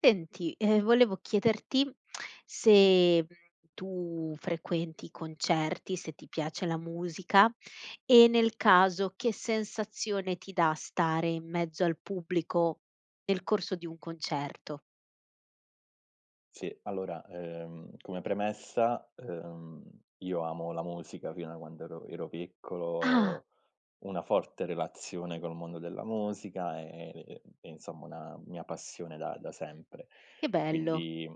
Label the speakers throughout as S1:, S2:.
S1: Senti, volevo chiederti se, tu frequenti i concerti, se ti piace la musica e nel caso che sensazione ti dà stare in mezzo al pubblico nel corso di un concerto?
S2: Sì, allora, come premessa, io amo la musica fino a quando ero piccolo,
S1: Ah,
S2: ho una forte relazione col mondo della musica e insomma una mia passione da sempre.
S1: che bello.
S2: Quindi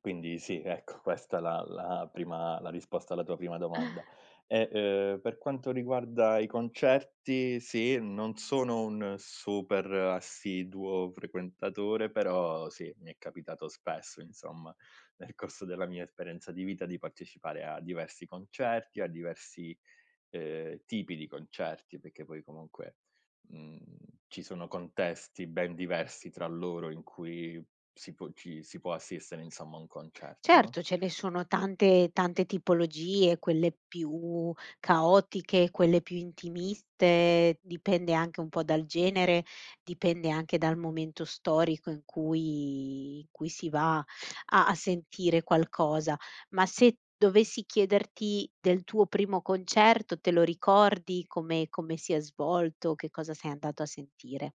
S2: quindi sì, ecco, questa è la risposta alla tua prima domanda. E, per quanto riguarda i concerti, sì, non sono un super assiduo frequentatore, però sì, mi è capitato spesso, insomma, nel corso della mia esperienza di vita di partecipare a diversi concerti, a diversi tipi di concerti, perché poi comunque, mhmm, ci sono contesti ben diversi tra loro in cui si può ci si può assistere insomma a un concerto, no.
S1: Certo, ce ne sono tante tipologie, quelle più caotiche, quelle più intimiste, dipende anche un po' dal genere, dipende anche dal momento storico in cui si va a sentire qualcosa. Ma se dovessi chiederti del tuo primo concerto, te lo ricordi? Come si è svolto? Che cosa sei andato a sentire?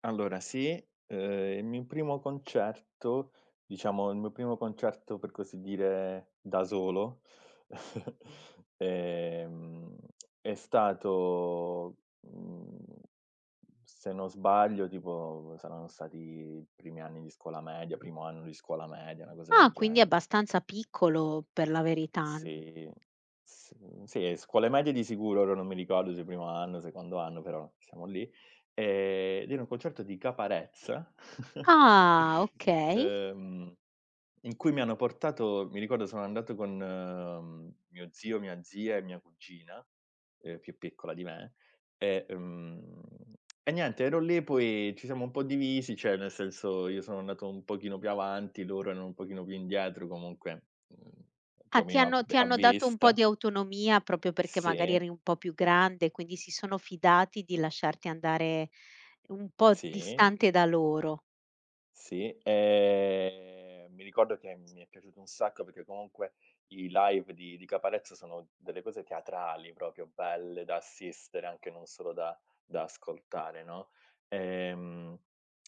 S2: Allora sì, il mio primo concerto, diciamo il mio primo concerto per così dire da solo. ehm, è stato, mhmm Se non sbaglio tipo saranno stati i primi anni di scuola media, primo anno di scuola media, una cosa del
S1: Ah, quindi è
S2: genere.
S1: abbastanza piccolo per la verità.
S2: Sì, s sì, scuole medie di sicuro, ora non mi ricordo se primo anno, secondo anno, però siamo lì. Ed era un concerto di Caparezza.
S1: Ah, okay.
S2: Ehm In cui mi hanno portato. Mi ricordo, sono andato con, mio zio, mia zia e mia cugina, più piccola di me, e, mhmm, e niente, ero lì, poi ci siamo un po' divisi, cioè nel senso io sono andato un pochino più avanti, loro erano un pochino più indietro, comunque, più
S1: Ah,
S2: o
S1: ti
S2: meno a
S1: hanno
S2: v
S1: ti
S2: a
S1: hanno dato un po'
S2: vista.
S1: di autonomia proprio perché magari
S2: Sì,
S1: eri un po' più grande, quindi si sono fidati di lasciarti andare un po'
S2: sì.
S1: distante da loro.
S2: Sì, mi ricordo che mi è piaciuto un sacco perché comunque i live di Caparezza sono delle cose teatrali proprio, belle da assistere, anche non solo da ascoltare, no, ehm,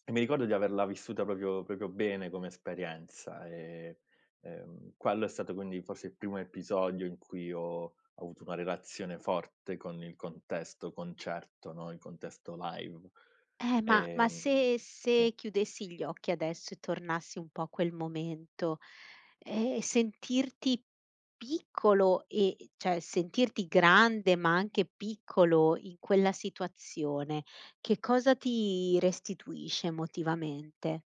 S2: e mi ricordo di averla vissuta proprio proprio bene come esperienza. Quello è stato quindi forse il primo episodio in cui ho avuto una relazione forte con il contesto concerto, no, il contesto live.
S1: Ma
S2: Ehm,
S1: se
S2: sì.
S1: se chiudessi gli occhi adesso e tornassi un po' a quel momento, sentirti piccolo e cioè sentirti grande, ma anche piccolo in quella situazione, che cosa ti restituisce emotivamente?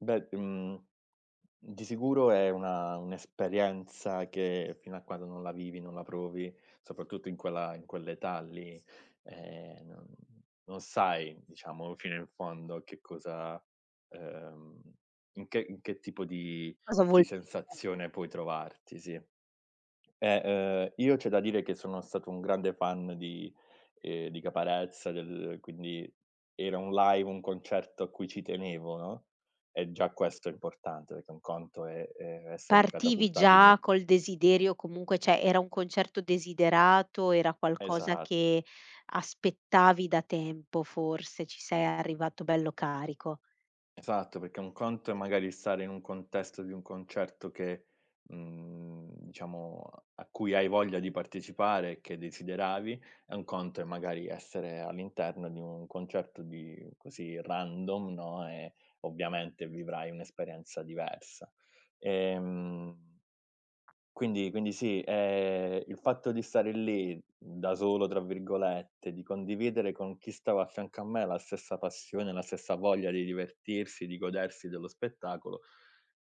S2: Beh, di sicuro è una un'esperienza che fino a quando non la vivi, non la provi, soprattutto in quella in quell'età lì, ehm, non non sai diciamo fino in fondo che cosa, ehm, in che tipo di
S1: Cosa vuol
S2: di sensazione puoi trovarti, sì. Io c'è da dire che sono stato un grande fan di Caparezza, del quindi era un live, un concerto a cui ci tenevo, no, e già questo è importante, perché un conto è, essere
S1: Partivi
S2: catapultati. In un
S1: già col desiderio comunque cioè era un concerto desiderato, era qualcosa
S2: Esatto.
S1: che aspettavi da tempo forse, ci sei arrivato bello carico.
S2: Esatto, perché un conto è magari stare in un contesto di un concerto che, diciamo, a cui hai voglia di partecipare e che desideravi, e un conto è magari essere all'interno di un concerto di così random, no, e ovviamente vivrai un'esperienza diversa. Ehm quindi sì, il fatto di stare lì, "da solo", tra virgolette, di condividere con chi stava a fianco a me la stessa passione, la stessa voglia di divertirsi, di godersi dello spettacolo,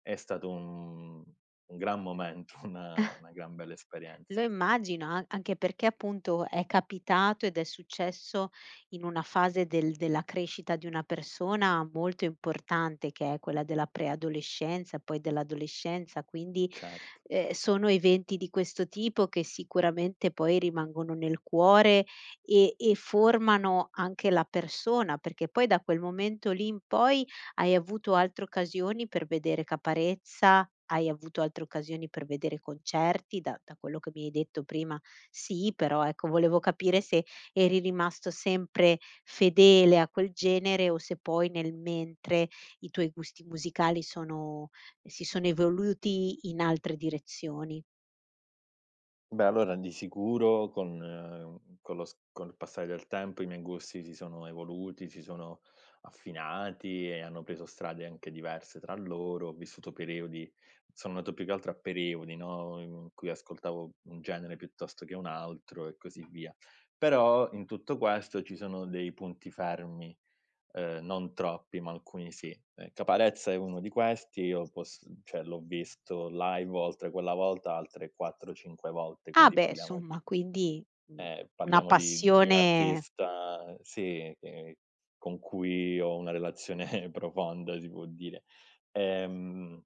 S2: è stato un gran momento, una gran bella
S1: Lo
S2: esperienza, sì,
S1: immagino, a anche perché appunto è capitato ed è successo in una fase della crescita di una persona molto importante, che è quella della preadolescenza, poi dell'adolescenza, quindi,
S2: certo.
S1: sono eventi di questo tipo che sicuramente poi rimangono nel cuore e formano anche la persona, perché poi da quel momento lì in poi hai avuto altre occasioni per vedere Caparezza, hai avuto altre occasioni per vedere concerti? Da quello che mi hai detto prima sì, però ecco volevo capire se eri rimasto sempre fedele a quel genere o se poi nel mentre i tuoi gusti musicali sono si sono evoluti in altre direzioni.
S2: Beh, allora di sicuro con lo s col passare del tempo i miei gusti si sono evoluti, si sono affinati e hanno preso strade anche diverse tra loro. Ho vissuto periodi sono andato più che altro a periodi, no, in cui ascoltavo un genere piuttosto che un altro e così via. Però in tutto questo ci sono dei punti fermi, non troppi, ma alcuni sì. Caparezza è uno di questi, io posso cioè l'ho visto live oltre quella volta altre 4, 5 volte,
S1: Ah
S2: quindi
S1: beh,
S2: parliamo di
S1: insomma quindi, mhmm,
S2: eh,
S1: una
S2: parliamo di di un
S1: passione.
S2: artista sì, che con cui ho una relazione profonda, si può dire. Ehm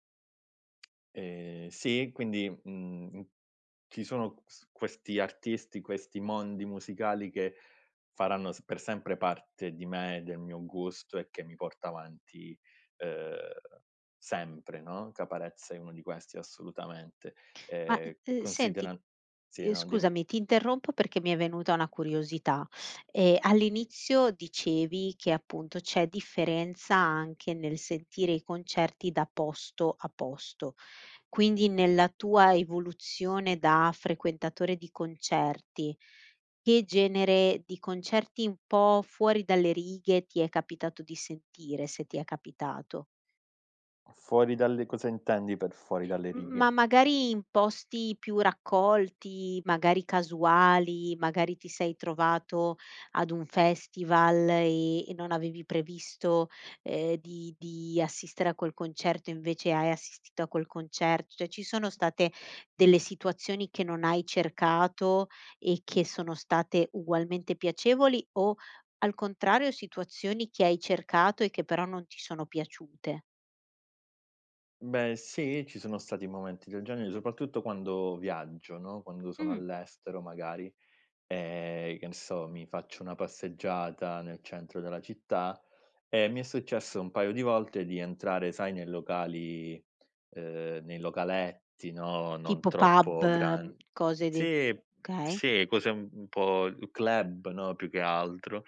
S2: Sì, quindi, ci sono s questi artisti, questi mondi musicali che faranno s per sempre parte di me, del mio gusto e che mi porta avanti, ehm, sempre, no, Caparezza è uno di questi assolutamente.
S1: Ma, senti,
S2: Consideran Sì, no, dimmi.
S1: scusami, ti interrompo perché mi è venuta una curiosità. All'inizio dicevi che appunto c'è differenza anche nel sentire i concerti da posto a posto. Quindi nella tua evoluzione da frequentatore di concerti, che genere di concerti un po' fuori dalle righe ti è capitato di sentire, se ti è capitato?
S2: Fuori dalle Cosa intendi per fuori dalle
S1: M Ma
S2: righe?
S1: magari in posti più raccolti, magari casuali, magari ti sei trovato ad un festival e non avevi previsto, di assistere a quel concerto, invece hai assistito a quel concerto. Cioè ci sono state delle situazioni che non hai cercato e che sono state ugualmente piacevoli o, al contrario, situazioni che hai cercato e che però non ti sono piaciute?
S2: Beh, sì, ci sono stati momenti del genere, soprattutto quando viaggio, no, quando sono
S1: Mh.
S2: all'estero magari. Che ne so, mi faccio una passeggiata nel centro della città e mi è successo un paio di volte di entrare, sai, nei locali, nei localetti, no, non
S1: Tipo pub,
S2: troppo gran
S1: mhmm, cose de,
S2: sì,
S1: okay.
S2: sì, cose un po' club, no, più che altro,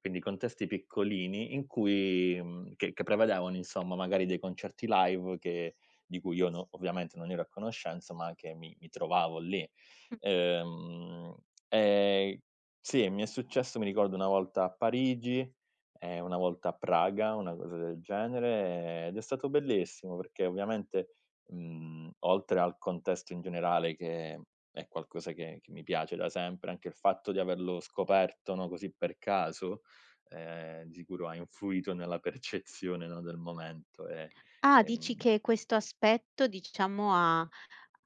S2: quindi contesti piccolini in cui, che prevedevano insomma magari dei concerti live che di cui io no ovviamente non ero a conoscenza, ma che mi trovavo lì.
S1: Mh.
S2: Ehm, e sì, mi è successo, mi ricordo, una volta a Parigi e una volta a Praga, una cosa del genere, ed è stato bellissimo perché ovviamente, oltre al contesto in generale che è qualcosa che mi piace da sempre, anche il fatto di averlo scoperto, no, così per caso, di sicuro ha influito nella percezione, no, del momento e,
S1: Ah, dici
S2: ehm,
S1: che questo aspetto, diciamo,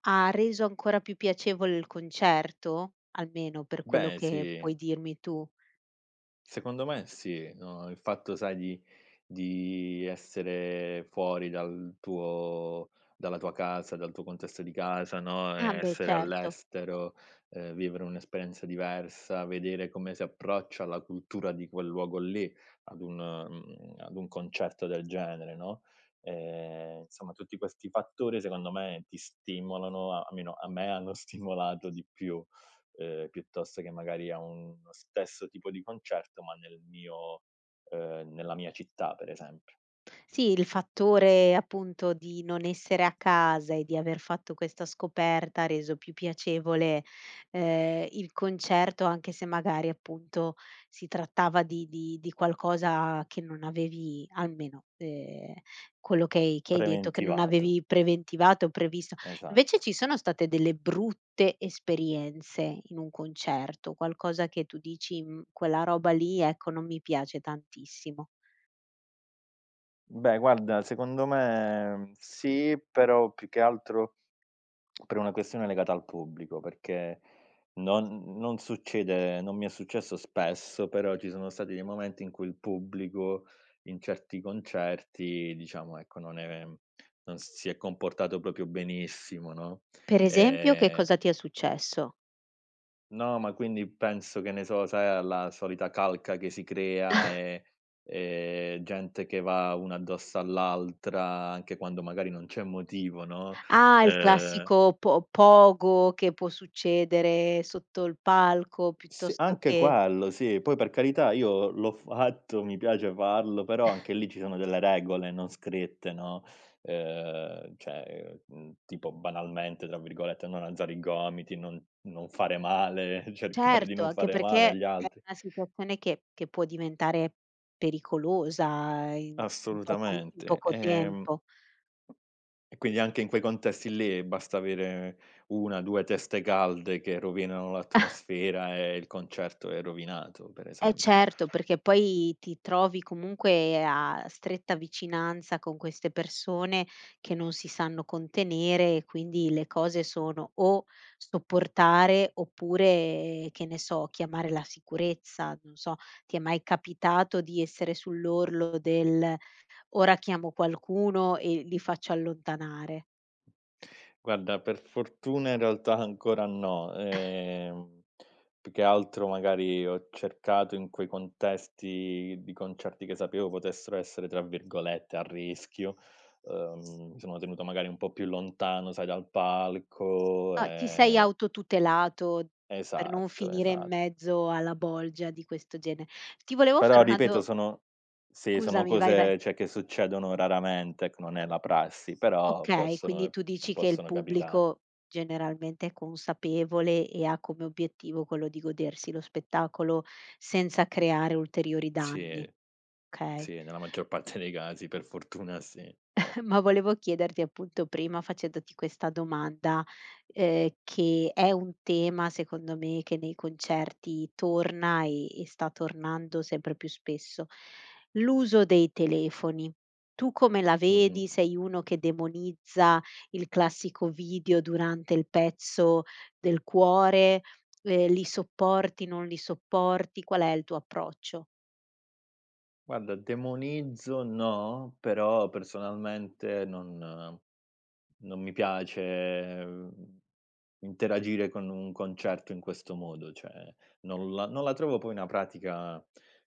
S1: ha reso ancora più piacevole il concerto? Almeno per quello
S2: beh
S1: che
S2: sì.
S1: puoi dirmi tu.
S2: Secondo me sì, no, il fatto sai di essere fuori dalla tua casa, dal tuo contesto di casa, no,
S1: Ah,
S2: e
S1: beh,
S2: essere
S1: certo.
S2: all'estero, vivere un'esperienza diversa, vedere come si approccia la cultura di quel luogo lì ad un, ad un concerto del genere, no, insomma tutti questi fattori secondo me ti stimolano, almeno a me hanno stimolato di più, piuttosto che magari a uno stesso tipo di concerto, ma nel mio, nella mia città per esempio.
S1: Sì, il fattore appunto di non essere a casa e di aver fatto questa scoperta ha reso più piacevole, il concerto, anche se magari appunto si trattava di qualcosa che non avevi almeno, quello che hai detto, che non
S2: Preventivato.
S1: avevi preventivato o previsto. Invece
S2: Esatto.
S1: ci sono state delle brutte esperienze in un concerto, qualcosa che tu dici: "Mhmm, quella roba lì, ecco, non mi piace tantissimo"?
S2: Beh guarda, secondo me, sì, però più che altro per una questione legata al pubblico, perché non mi è successo spesso, però ci sono stati dei momenti in cui il pubblico in certi concerti, diciamo, ecco, non si è comportato proprio benissimo, no.
S1: Per esempio, che
S2: ehm
S1: cosa ti è successo?
S2: No, ma quindi penso, che ne so, sai, alla solita calca che si crea e gente che va una addosso all'altra, anche quando magari non c'è motivo, no,
S1: Ah, il
S2: ehm,
S1: classico po pogo che può succedere sotto il palco
S2: sì,
S1: piuttosto
S2: anche
S1: che
S2: quello, sì. Poi per carità, io l'ho fatto, mi piace farlo, però anche lì ci sono delle regole non scritte, no, cioè, tipo "banalmente", tra virgolette, non alzare i gomiti, non fare male, cercare di
S1: certo,
S2: non
S1: anche
S2: fare male
S1: perché
S2: agli
S1: è
S2: altri.
S1: una situazione che può diventare pericolosa in in
S2: Assolutamente.
S1: poco tempo.
S2: E quindi anche in quei contesti lì basta avere 1, 2 teste calde che rovinano l'atmosfera e il concerto è rovinato, per
S1: Eh
S2: esempio.
S1: certo, perché poi ti trovi comunque a stretta vicinanza con queste persone che non si sanno contenere e quindi le cose sono o sopportare oppure, che ne so, chiamare la sicurezza. Non so, ti è mai capitato di essere sull'orlo del: "Ora chiamo qualcuno e li faccio allontanare"?
S2: Guarda, per fortuna in realtà ancora no. Più che altro magari ho cercato in quei contesti di concerti che sapevo potessero essere, tra virgolette, "a rischio", mi sono tenuto magari un po' più lontano, sai, dal palco.
S1: Ah, ti sei autotutelato per non
S2: Esatto.
S1: finire in
S2: esa
S1: mezzo alla bolgia di questo gene. Ti volevo
S2: Però
S1: fare una
S2: ripeto,
S1: do.
S2: sono sì, sono
S1: Scusami, vai, vai.
S2: cose, cioè, che succedono raramente, ecco, non è la prassi, però
S1: Okay, quindi
S2: possono
S1: tu dici che il
S2: possono capitare.
S1: pubblico generalmente è consapevole e ha come obiettivo quello di godersi lo spettacolo senza creare ulteriori danni,
S2: Sì,
S1: okay.
S2: sì, nella maggior parte dei casi, per fortuna sì.
S1: Ma volevo chiederti appunto prima facendoti questa domanda, che è un tema secondo me che nei concerti torna e sta tornando sempre più spesso, l'uso dei telefoni. Tu come la
S2: Mh-mh.
S1: vedi? Sei uno che demonizza il classico video durante il pezzo del cuore? Li sopporti, non li sopporti? Qual è il tuo approccio?
S2: Guarda, demonizzo no, però personalmente non mi piace, mhmm interagire con un concerto in questo modo, cioè non la trovo poi una pratica,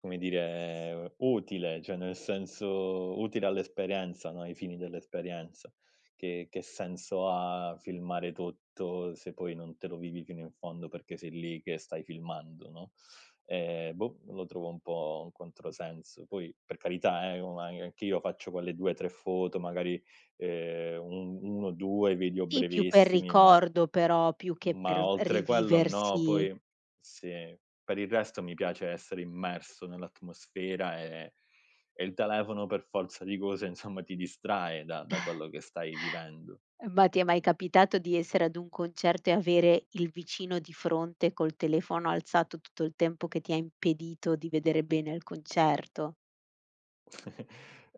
S2: come dire, utile, cioè nel senso utile all'esperienza, no, ai fini dell'esperienza. Che senso ha filmare tutto se poi non te lo vivi fino in fondo perché sei lì che stai filmando, no? Boh, lo trovo un po' un controsenso. Poi per carità, ma anch'io faccio quelle 2, 3 foto, magari, un 1, 2 video
S1: Sì, più per
S2: brevissimi, ma
S1: ricordo però, più che per
S2: oltre quello no,
S1: riviversi.
S2: poi sì, per il resto mi piace essere immerso nell'atmosfera e il telefono per forza di cose, insomma, ti distrae da quello che stai vivendo.
S1: Ma ti è mai capitato di essere ad un concerto e avere il vicino di fronte col telefono alzato tutto il tempo che ti ha impedito di vedere bene il concerto?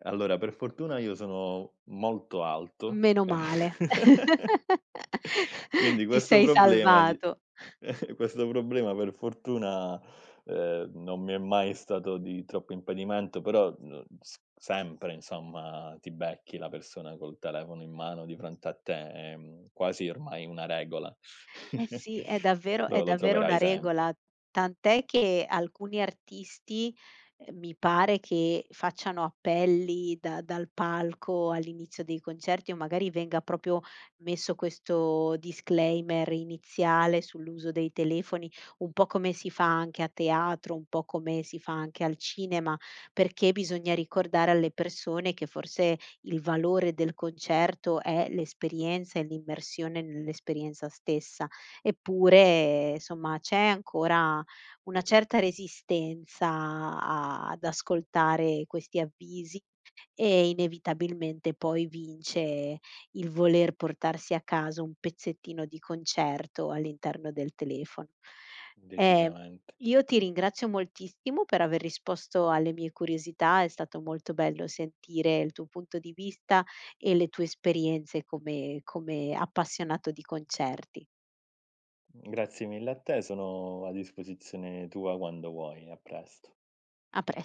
S2: Allora, per fortuna io sono molto alto.
S1: Meno male.
S2: quindi
S1: Ti
S2: questo
S1: sei
S2: problema di
S1: salvato.
S2: Questo problema per fortuna, non mi è mai stato di troppo impedimento, però, s sempre insomma ti becchi la persona col telefono in mano di fronte a te, è, quasi ormai una regola.
S1: Eh sì, è davvero è
S2: Lo
S1: davvero una
S2: troverai
S1: regola,
S2: sempre,
S1: tant'è che alcuni artisti, mi pare che facciano appelli da dal palco all'inizio dei concerti o magari venga proprio messo questo disclaimer iniziale sull'uso dei telefoni, un po' come si fa anche a teatro, un po' come si fa anche al cinema, perché bisogna ricordare alle persone che forse il valore del concerto è l'esperienza e l'immersione nell'esperienza stessa. Eppure, insomma, c'è ancora una certa resistenza a ad ascoltare questi avvisi e inevitabilmente poi vince il voler portarsi a casa un pezzettino di concerto all'interno del telefono. Ehm,
S2: decisamente.
S1: io ti ringrazio moltissimo per aver risposto alle mie curiosità, è stato molto bello sentire il tuo punto di vista e le tue esperienze come appassionato di concerti.
S2: Grazie mille a te, sono a disposizione tua quando vuoi, a presto.
S1: A pres